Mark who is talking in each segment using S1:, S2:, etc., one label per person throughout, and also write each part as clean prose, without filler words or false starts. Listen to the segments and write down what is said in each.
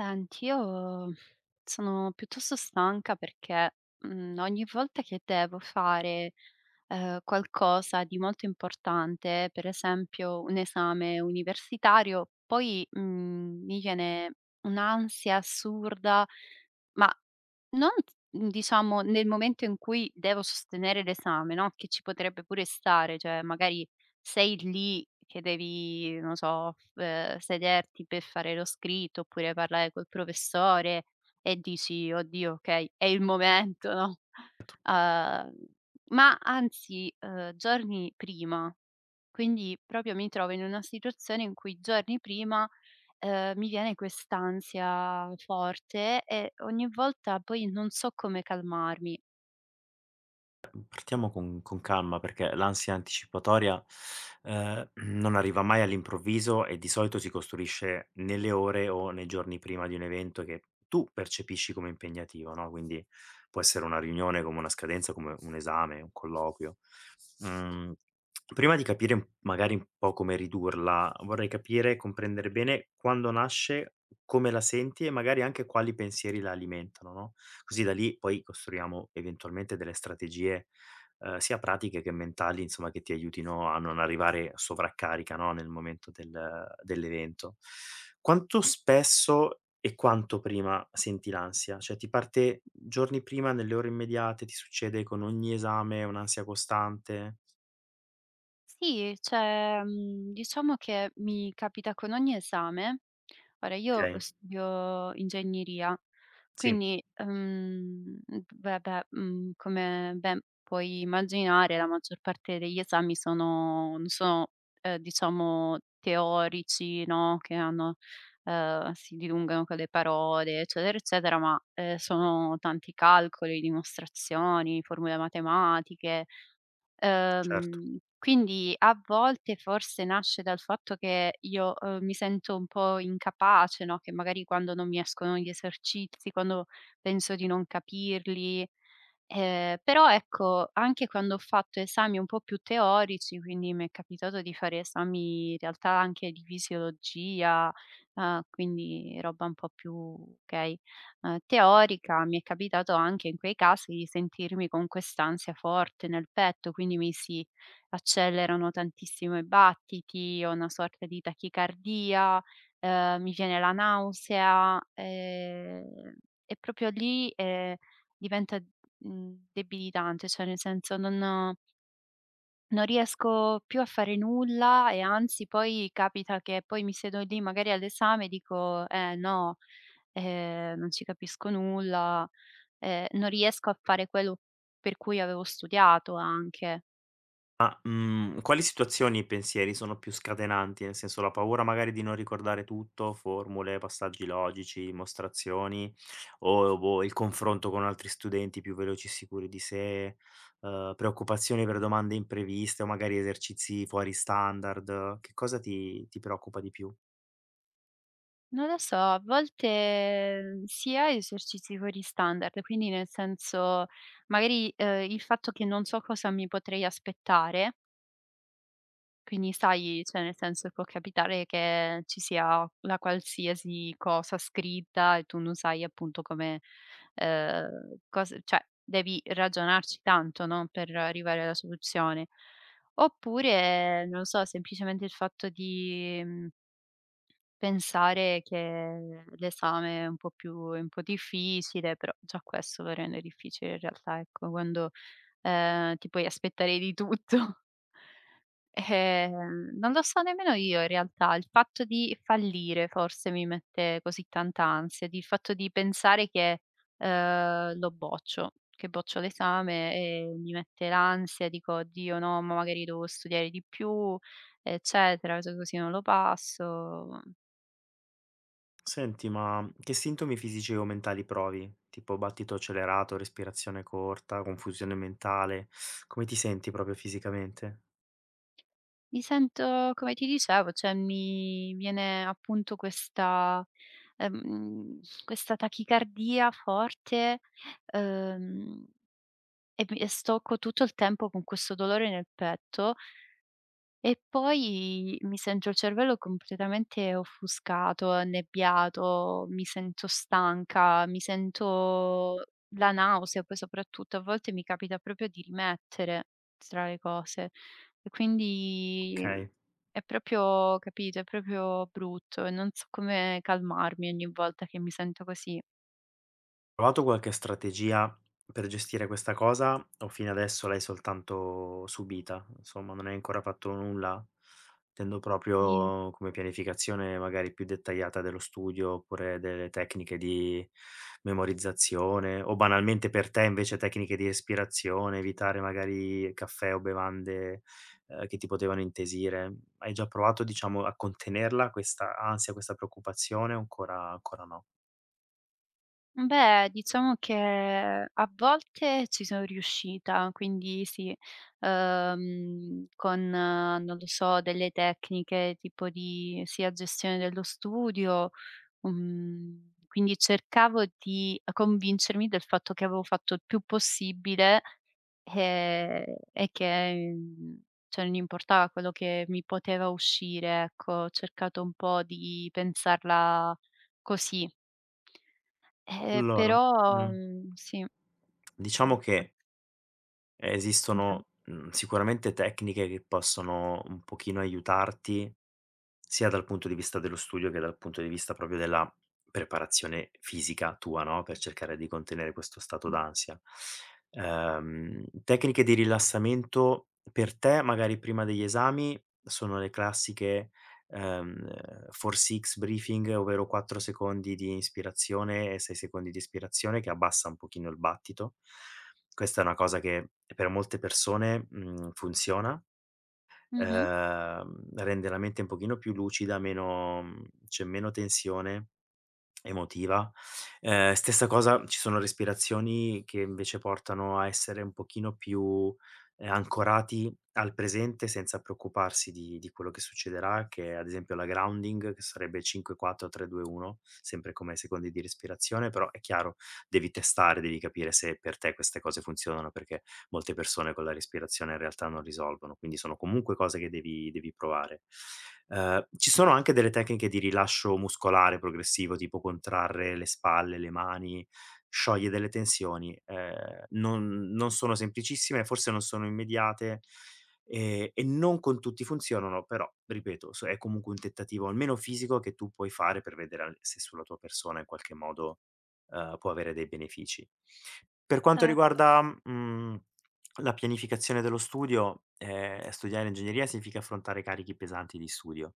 S1: Senti, io sono piuttosto stanca perché, ogni volta che devo fare, qualcosa di molto importante, per esempio un esame universitario, poi, mi viene un'ansia assurda, ma non t mhmm, diciamo nel momento in cui devo sostenere l'esame, no, che ci potrebbe pure stare, cioè magari sei lì che devi, non so, f sederti per fare lo scritto oppure parlare col professore e dici: "Oddio, okay, è il momento", no, uhm, ma anzi, giorni prima. Quindi proprio mi trovo in una situazione in cui giorni prima mi viene quest'ansia forte e ogni volta poi non so come calmarmi.
S2: Partiamo con calma perché l'ansia anticipatoria, non arriva mai all'improvviso e di solito si costruisce nelle ore o nei giorni prima di un evento che tu percepisci come impegnativo, no, quindi può essere una riunione, come una scadenza, come un esame, un colloquio. Mhmm, Prima di capire un magari un po' come ridurla, vorrei capire e comprendere bene quando nasce, come la senti e magari anche quali pensieri la alimentano, no, così da lì poi costruiamo eventualmente delle strategie sia pratiche che mentali, insomma, che ti aiutino a non arrivare sovraccarica, no, nel momento dell'evento. Quanto spesso e quanto prima senti l'ansia? Cioè ti parte giorni prima, nelle ore immediate, ti succede con ogni esame un'ansia costante?
S1: Sì, cioè, diciamo che mi capita con ogni esame ora io
S2: Okay,
S1: studio ingegneria,
S2: sì,
S1: quindi, beh, come ben puoi immaginare la maggior parte degli esami sono non sono, diciamo teorici, no, che hanno si dilungano con le parole, eccetera, eccetera, ma, sono tanti calcoli, dimostrazioni, formule matematiche.
S2: certo.
S1: Quindi a volte forse nasce dal fatto che io, mi sento un po' incapace, no, che magari quando non mi escono gli esercizi, quando penso di non capirli, però ecco, anche quando ho fatto esami un po' più teorici, quindi mi è capitato di fare esami in realtà anche di fisiologia, quindi roba un po' più okay teorica, mi è capitato anche in quei casi di sentirmi con quest'ansia forte nel petto, quindi mi si accelerano tantissimo i battiti, ho una sorta di tachicardia, mi viene la nausea, e proprio lì, diventa, debilitante, cioè nel senso non riesco più a fare nulla e anzi poi capita che poi mi siedo lì magari all'esame e dico: "Eh no, non ci capisco nulla, non riesco a fare quello per cui avevo studiato anche".
S2: Ma, quali situazioni e pensieri sono più scatenanti? Nel senso, la paura magari di non ricordare tutto, formule, passaggi logici, mostrazioni, o boh, il confronto con altri studenti più veloci e sicuri di sé, preoccupazioni per domande impreviste o magari esercizi fuori standard, che cosa ti preoccupa di più?
S1: Non lo so, a volte si ha esercizi fuori standard, quindi nel senso magari, il fatto che non so cosa mi potrei aspettare. Quindi sai, cioè nel senso può capitare che ci sia la qualsiasi cosa scritta e tu non sai appunto come, cos cioè devi ragionarci tanto, no, per arrivare alla soluzione. Oppure, non lo so, semplicemente il fatto di, pensare che l'esame è un po' difficile, però già questo lo rende difficile in realtà, ecco, quando, ti puoi aspettare di tutto. Non lo so nemmeno io in realtà. Il fatto di fallire forse mi mette così tanta ansia, di il fatto di pensare che, lo boccio, che boccio l'esame e mi mette l'ansia, dico: "Oddio no, ma magari devo studiare di più, eccetera, se così non lo passo".
S2: Senti, ma che sintomi fisici o mentali provi? Tipo battito accelerato, respirazione corta, confusione mentale? Come ti senti proprio fisicamente?
S1: Mi sento, come ti dicevo, cioè mi viene appunto questa questa tachicardia forte, ehm e mi e sto co tutto il tempo con questo dolore nel petto e poi mi sento il cervello completamente offuscato, annebbiato, mi sento stanca, mi sento la nausea poi soprattutto, a volte mi capita proprio di rimettere tra le cose e quindi,
S2: Okay.
S1: è proprio capito, è proprio brutto e non so come calmarmi ogni volta che mi sento così.
S2: Provato qualche strategia per gestire questa cosa o fino adesso l'hai soltanto subita? Insomma, non hai ancora fatto nulla? Intendo proprio come pianificazione magari più dettagliata dello studio oppure delle tecniche di memorizzazione o banalmente per te invece tecniche di respirazione, evitare magari caffè o bevande, che ti potevano intesire. Hai già provato diciamo a contenerla questa ansia, questa preoccupazione o ancora no?
S1: Beh, diciamo che a volte ci sono riuscita, quindi sì, con, non lo so, delle tecniche tipo di sia gestione dello studio, quindi cercavo di convincermi del fatto che avevo fatto il più possibile, ehm, e che, cioè non importava quello che mi poteva uscire, ecco. Ho cercato un po' di pensarla così.
S2: Allora
S1: Però,
S2: mh.
S1: sì.
S2: Diciamo che
S1: Mh-mh.
S2: esistono, sicuramente tecniche che possono un pochino aiutarti sia dal punto di vista dello studio che dal punto di vista proprio della preparazione fisica tua, no, per cercare di contenere questo stato d'ansia. Tecniche di rilassamento per te, magari prima degli esami, sono le classiche, ehm, 4-6 breathing, ovvero 4 secondi di inspirazione e 6 secondi di espirazione, che abbassa un pochino il battito. Questa è una cosa che per molte persone, funziona
S1: Mh-mh.
S2: rende la mente un pochino più lucida, meno c'è meno tensione emotiva. Stessa cosa, ci sono respirazioni che invece portano a essere un pochino più, ancorati al presente senza preoccuparsi di quello che succederà, che è ad esempio la grounding, che sarebbe 5, 4, 3, 2, 1, sempre come secondi di respirazione, però è chiaro, devi testare, devi capire se per te queste cose funzionano perché molte persone con la respirazione in realtà non risolvono, quindi sono comunque cose che devi provare. Ci sono anche delle tecniche di rilascio muscolare progressivo, tipo contrarre le spalle, le mani, scioglie delle tensioni, non sono semplicissime, forse non sono immediate, e non con tutti funzionano, però ripeto, so è comunque un tentativo almeno fisico che tu puoi fare per vedere al se sulla tua persona in qualche modo, può avere dei benefici. Per quanto
S1: Certo.
S2: riguarda, mhmm la pianificazione dello studio, studiare ingegneria significa affrontare carichi pesanti di studio.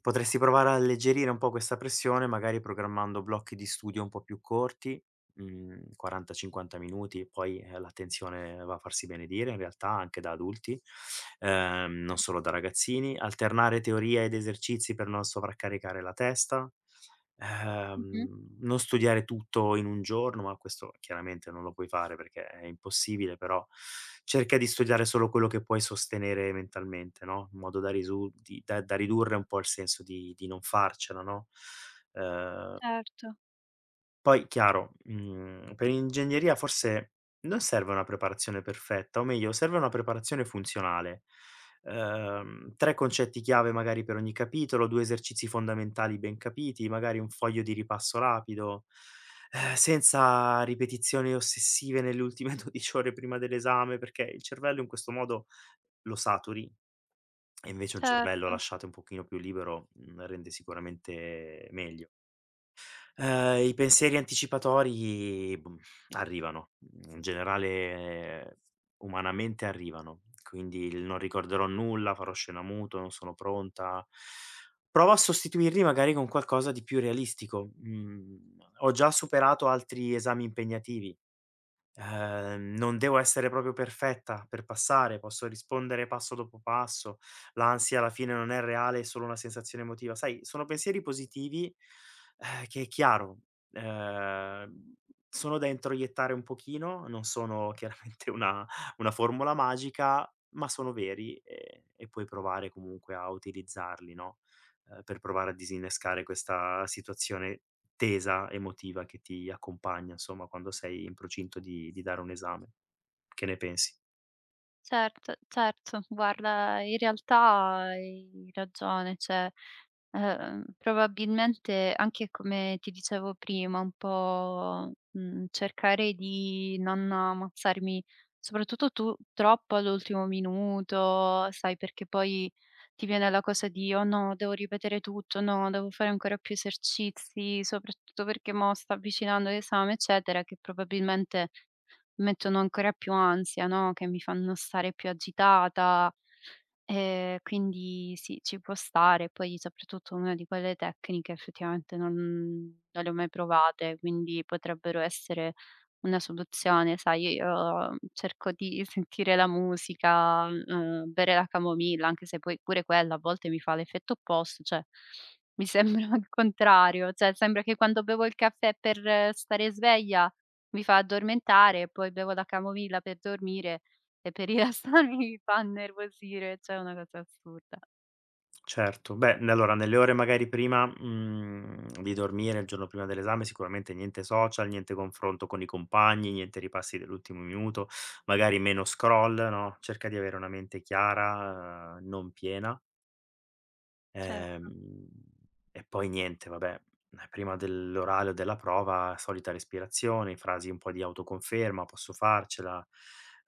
S2: Potresti provare a alleggerire un po' questa pressione, magari programmando blocchi di studio un po' più corti, 40, 50 minuti, poi, l'attenzione va a farsi benedire in realtà anche da adulti, non solo da ragazzini. Alternare teoria ed esercizi per non sovraccaricare la testa
S1: Mh-mh.
S2: non studiare tutto in un giorno, ma questo chiaramente non lo puoi fare perché è impossibile, però cerca di studiare solo quello che puoi sostenere mentalmente, no? In modo da, da ridurre un po' il senso di non farcela, no? Ehm,
S1: Certo,
S2: Poi chiaro, per ingegneria forse non serve una preparazione perfetta, o meglio serve una preparazione funzionale. 3 concetti chiave magari per ogni capitolo, 2 esercizi fondamentali ben capiti, magari un foglio di ripasso rapido, senza ripetizioni ossessive nelle ultime 12 ore prima dell'esame, perché il cervello in questo modo lo saturi e invece un cervello
S1: certo.
S2: lasciato un pochino più libero, rende sicuramente meglio. I pensieri anticipatori, arrivano. Mhmm, In generale umanamente arrivano. Quindi il non ricorderò nulla, farò scena muto, non sono pronta. Provo a sostituirli magari con qualcosa di più realistico. Mhmm, Ho già superato altri esami impegnativi non devo essere proprio perfetta per passare, posso rispondere passo dopo passo. L'ansia alla fine non è reale, è solo una sensazione emotiva. Sai, sono pensieri positivi, che è chiaro, ehm, sono da introiettare un pochino, non sono chiaramente una formula magica, ma sono veri e puoi provare comunque a utilizzarli, no, per provare a disinnescare questa situazione tesa emotiva che ti accompagna, insomma, quando sei in procinto di dare un esame. Che ne pensi?
S1: Certo, certo, guarda in realtà hai ragione, cioè, probabilmente anche come ti dicevo prima, un po', cercare di non ammazzarmi soprattutto tu troppo all'ultimo minuto, sai, perché poi ti viene la cosa di: "Oh no, devo ripetere tutto, no, devo fare ancora più esercizi", soprattutto perché mo' sta avvicinando l'esame, eccetera, che probabilmente mettono ancora più ansia, no, che mi fanno stare più agitata. Quindi sì, ci può stare. Poi soprattutto una di quelle tecniche effettivamente non le ho mai provate, quindi potrebbero essere una soluzione, sai, io cerco di sentire la musica, bere la camomilla, anche se poi pure quella a volte mi fa l'effetto opposto, cioè mi sembra il contrario, cioè sembra che quando bevo il caffè per stare sveglia mi fa addormentare e poi bevo la camomilla per dormire e per rilassarmi mi fa innervosire, cioè è una cosa assurda.
S2: Certo, beh, n allora nelle ore magari prima, di dormire, il giorno prima dell'esame, sicuramente niente social, niente confronto con i compagni, niente ripassi dell'ultimo minuto, magari meno scroll, no, cerca di avere una mente chiara, non piena
S1: Certo,
S2: Ehm, e poi niente, vabbè, prima dell'orale o della prova, solita respirazione, frasi un po' di autoconferma, posso farcela,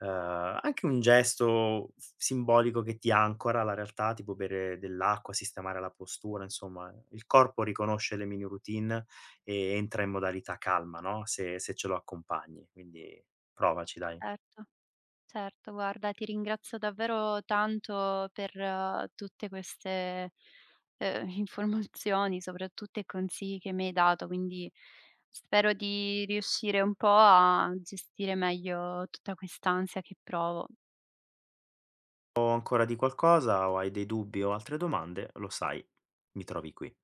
S2: anche un gesto f simbolico che ti ancora alla realtà, tipo bere dell'acqua, sistemare la postura, insomma, il corpo riconosce le mini routine e entra in modalità calma, no, se ce lo accompagni, quindi provaci dai.
S1: certo, certo. Guarda, ti ringrazio davvero tanto per tutte queste, informazioni, soprattutto e consigli che mi hai dato, quindi spero di riuscire un po' a gestire meglio tutta quest'ansia che provo.
S2: O ancora di qualcosa o hai dei dubbi o altre domande, lo sai, mi trovi qui.